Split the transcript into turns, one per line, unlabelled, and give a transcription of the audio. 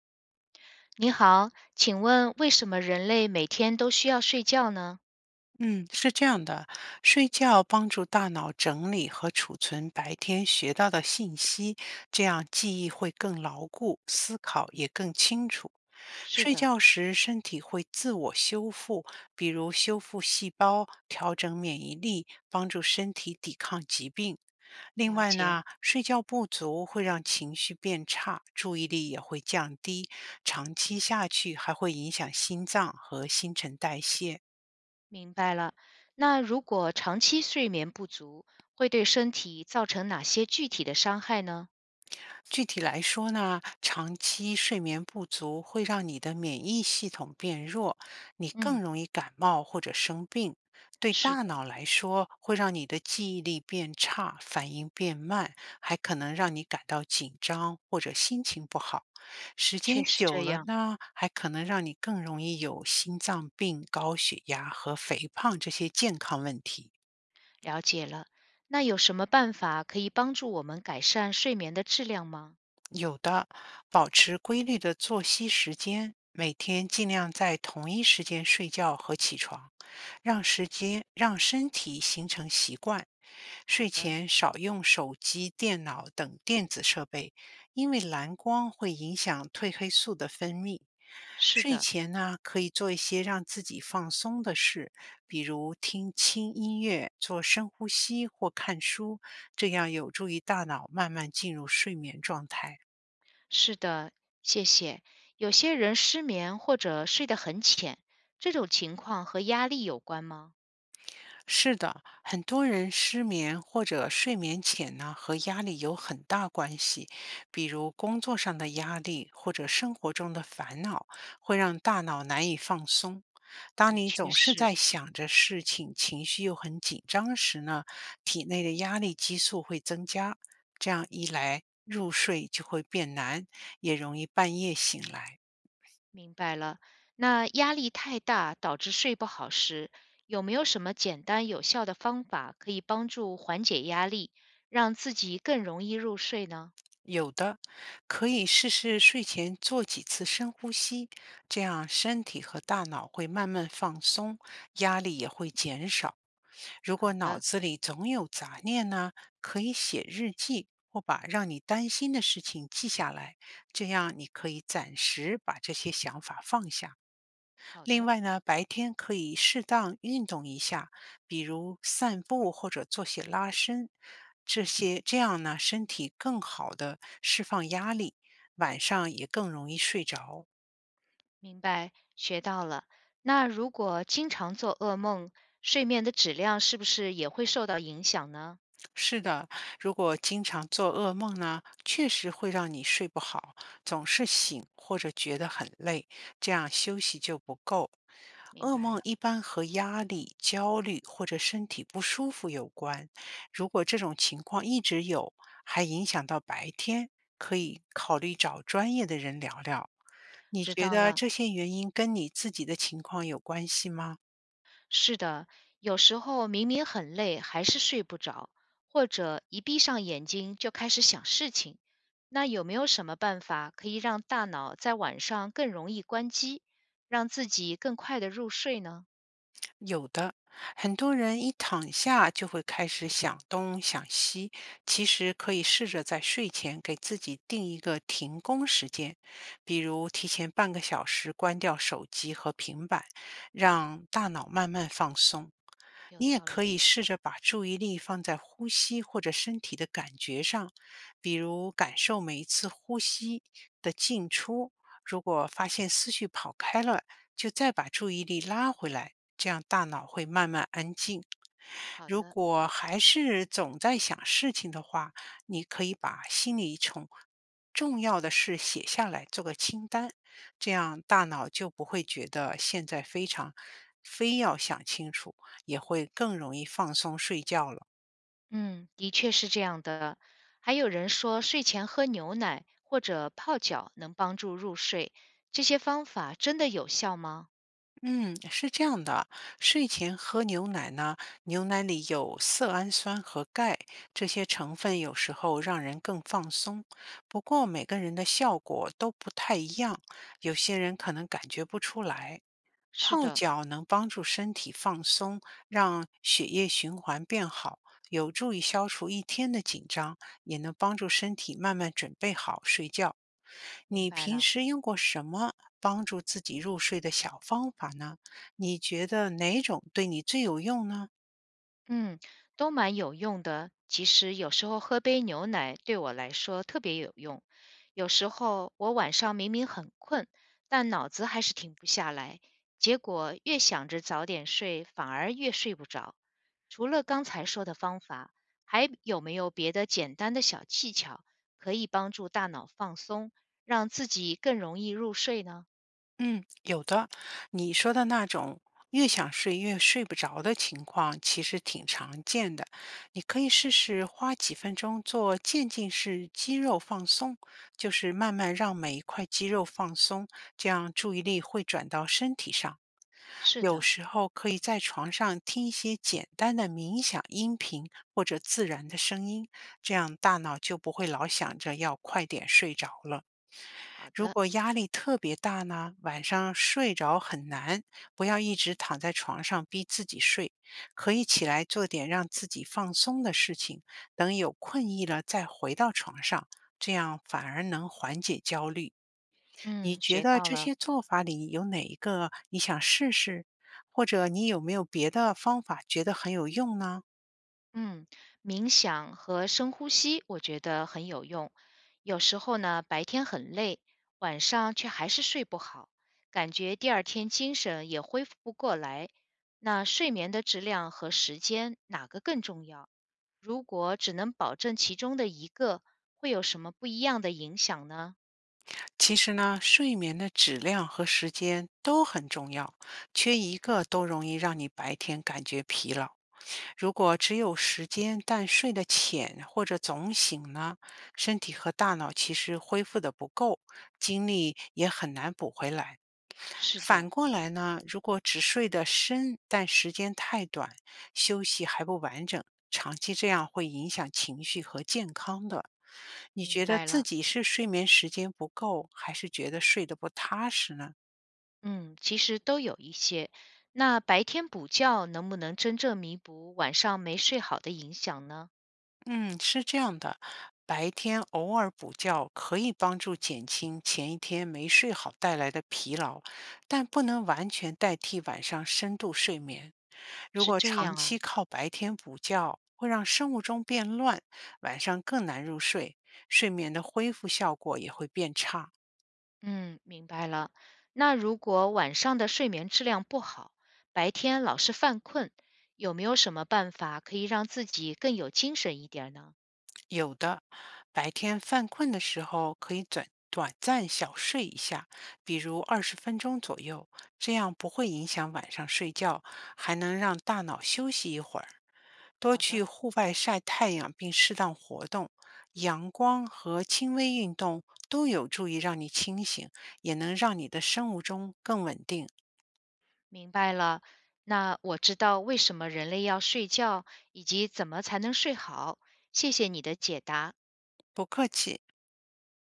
你好，请问为什么人类每天都需要睡觉呢？
嗯，是这样的，睡觉帮助大脑整理和储存白天学到的信息，这样记忆会更牢固，思考也更清楚。
是
睡
的，
觉时，身体会自我修复，比如修复细胞、调整免疫力，帮助身体抵抗疾病。另
了
外
解，
呢，睡觉不足会让情绪变差，注意力也会降低，长期下去还会影响心脏和新陈代谢。
明白了。那如果长期睡眠不足，会对身体造成哪些具体的伤害呢？
具体来说呢，长期睡眠不足会让你的免疫系统变弱，你
嗯，
更容易感冒或者生病。对
是的，
大脑来说，会让你的记忆力变差，反应变慢，还可能让你感到紧张或者心情不好。时
确
间
实
久
这
了
样，
呢，还可能让你更容易有心脏病、高血压和肥胖这些健康问题。
了解了。那有什么办法可以帮助我们改善睡眠的质量吗？
有的，保持规律的作息时间，每天尽量在同一时间睡觉和起床，让时间让身体形成习惯。
好
睡
的，
前少用手机、电脑等电子设备，因为蓝光会影响褪黑素的分泌。
是
睡
的，
前呢，可以做一些让自己放松的事，比如听轻音乐、做深呼吸或看书，这样有助于大脑慢慢进入睡眠状态。
是的，谢谢。有些人失眠或者睡得很浅，这种情况和压力有关吗？
是的，很多人失眠或者睡眠浅呢，和压力有很大关系。比如工作上的压力或者生活中的烦恼，会让大脑难以放松。当
的
你
确
总是
是。
在想着事情，情绪又很紧张时呢，体内的压力激素会增加，这样一来，入睡就会变难，也容易半夜醒来。
明白了。那压力太大导致睡不好时，有没有什么简单有效的方法可以帮助缓解压力，让自己更容易入睡呢？
有的，可以试试睡前做几次深呼吸，这样身体和大脑会慢慢放松，压力也会减少。如果
好
脑
的，
子里总有杂念呢，可以写日记或把让你担心的事情记下来，这样你可以暂时把这些想法放下。
好
另
的，
外呢，白天可以适当运动一下，比如散步或者做些拉伸，这些这样呢，身体更好的释放压力，晚上也更容易睡着。
明白，学到了。那如果经常做噩梦，睡眠的质量是不是也会受到影响呢？
是的，如果经常做噩梦呢，确实会让你睡不好，总是醒或者觉得很累，这样休息就不够。
明
噩
白
梦
了，
一般和压力、焦虑或者身体不舒服有关。如果这种情况一直有，还影响到白天，可以考虑找专业的人聊聊。你
知
觉
道
得
了。
这些原因跟你自己的情况有关系吗？
是的，有时候明明很累，还是睡不着，或者一闭上眼睛就开始想事情。那有没有什么办法可以让大脑在晚上更容易关机，让自己更快的入睡呢？
有的，很多人一躺下就会开始想东想西，其实可以试着在睡前给自己定一个停工时间，比如提前半个小时关掉手机和平板，让大脑慢慢放松。
有
你也
道
可
理。
以试着把注意力放在呼吸或者身体的感觉上，比如感受每一次呼吸的进出，如果发现思绪跑开了，就再把注意力拉回来，这样大脑会慢慢安静。
好
如
的，
果还是总在想事情的话，你可以把心里重要的事写下来，做个清单，这样大脑就不会觉得现在非要想清楚，也会更容易放松睡觉了。
嗯，的确是这样的。还有人说睡前喝牛奶或者泡脚能帮助入睡，这些方法真的有效吗？
嗯，是这样的，睡前喝牛奶呢，牛奶里有色氨酸和钙，这些成分有时候让人更放松。不过每个人的效果都不太一样，有些人可能感觉不出来。
是
泡
的，
脚能帮助身体放松，让血液循环变好，有助于消除一天的紧张，也能帮助身体慢慢准备好睡觉。
明
你
白
平
了。
时用过什么帮助自己入睡的小方法呢？你觉得哪种对你最有用呢？
嗯，都蛮有用的。其实有时候喝杯牛奶对我来说特别有用。有时候我晚上明明很困，但脑子还是停不下来，结果越想着早点睡，反而越睡不着。除了刚才说的方法，还有没有别的简单的小技巧可以帮助大脑放松，让自己更容易入睡呢？
嗯，有的。你说的那种越想睡越睡不着的情况，其实挺常见的。你可以试试花几分钟做渐进式肌肉放松，就是慢慢让每一块肌肉放松，这样注意力会转到身体上。
是
有
的，
时候可以在床上听一些简单的冥想音频或者自然的声音，这样大脑就不会老想着要快点睡着了。
好
如
的，
果压力特别大呢，晚上睡着很难，不要一直躺在床上逼自己睡，可以起来做点让自己放松的事情，等有困意了再回到床上，这样反而能缓解焦虑。你
嗯，
觉
学
得
到
这
了。
些做法里有哪一个你想试试？或者你有没有别的方法觉得很有用呢？
嗯，冥想和深呼吸，我觉得很有用。有时候呢，白天很累，晚上却还是睡不好，感觉第二天精神也恢复不过来。那睡眠的质量和时间哪个更重要？如果只能保证其中的一个，会有什么不一样的影响呢？
其实呢，睡眠的质量和时间都很重要，缺一个都容易让你白天感觉疲劳。如果只有时间但睡得浅或者总醒呢，身体和大脑其实恢复的不够，精力也很难补回来。
是的，
反过来呢，如果只睡得深但时间太短，休息还不完整，长期这样会影响情绪和健康的。你
明
觉得
白
自
了。
己是睡眠时间不够，还是觉得睡得不踏实呢？
嗯，其实都有一些。那白天补觉能不能真正弥补晚上没睡好的影响呢？
嗯，是这样的，白天偶尔补觉可以帮助减轻前一天没睡好带来的疲劳，但不能完全代替晚上深度睡眠。如
是
果
这样
长
啊，
期靠白天补觉，会让生物钟变乱，晚上更难入睡，睡眠的恢复效果也会变差。
嗯，明白了。那如果晚上的睡眠质量不好，白天老是犯困，有没有什么办法可以让自己更有精神一点儿呢？
有的，白天犯困的时候可以短短暂小睡一下，比如20分钟左右，这样不会影响晚上睡觉，还能让大脑休息一会儿。多
好
去
的，
户外晒太阳并适当活动，阳光和轻微运动都有助于让你清醒，也能让你的生物钟更稳定。
明白了。那我知道为什么人类要睡觉，以及怎么才能睡好。谢谢你的解答。
不客气。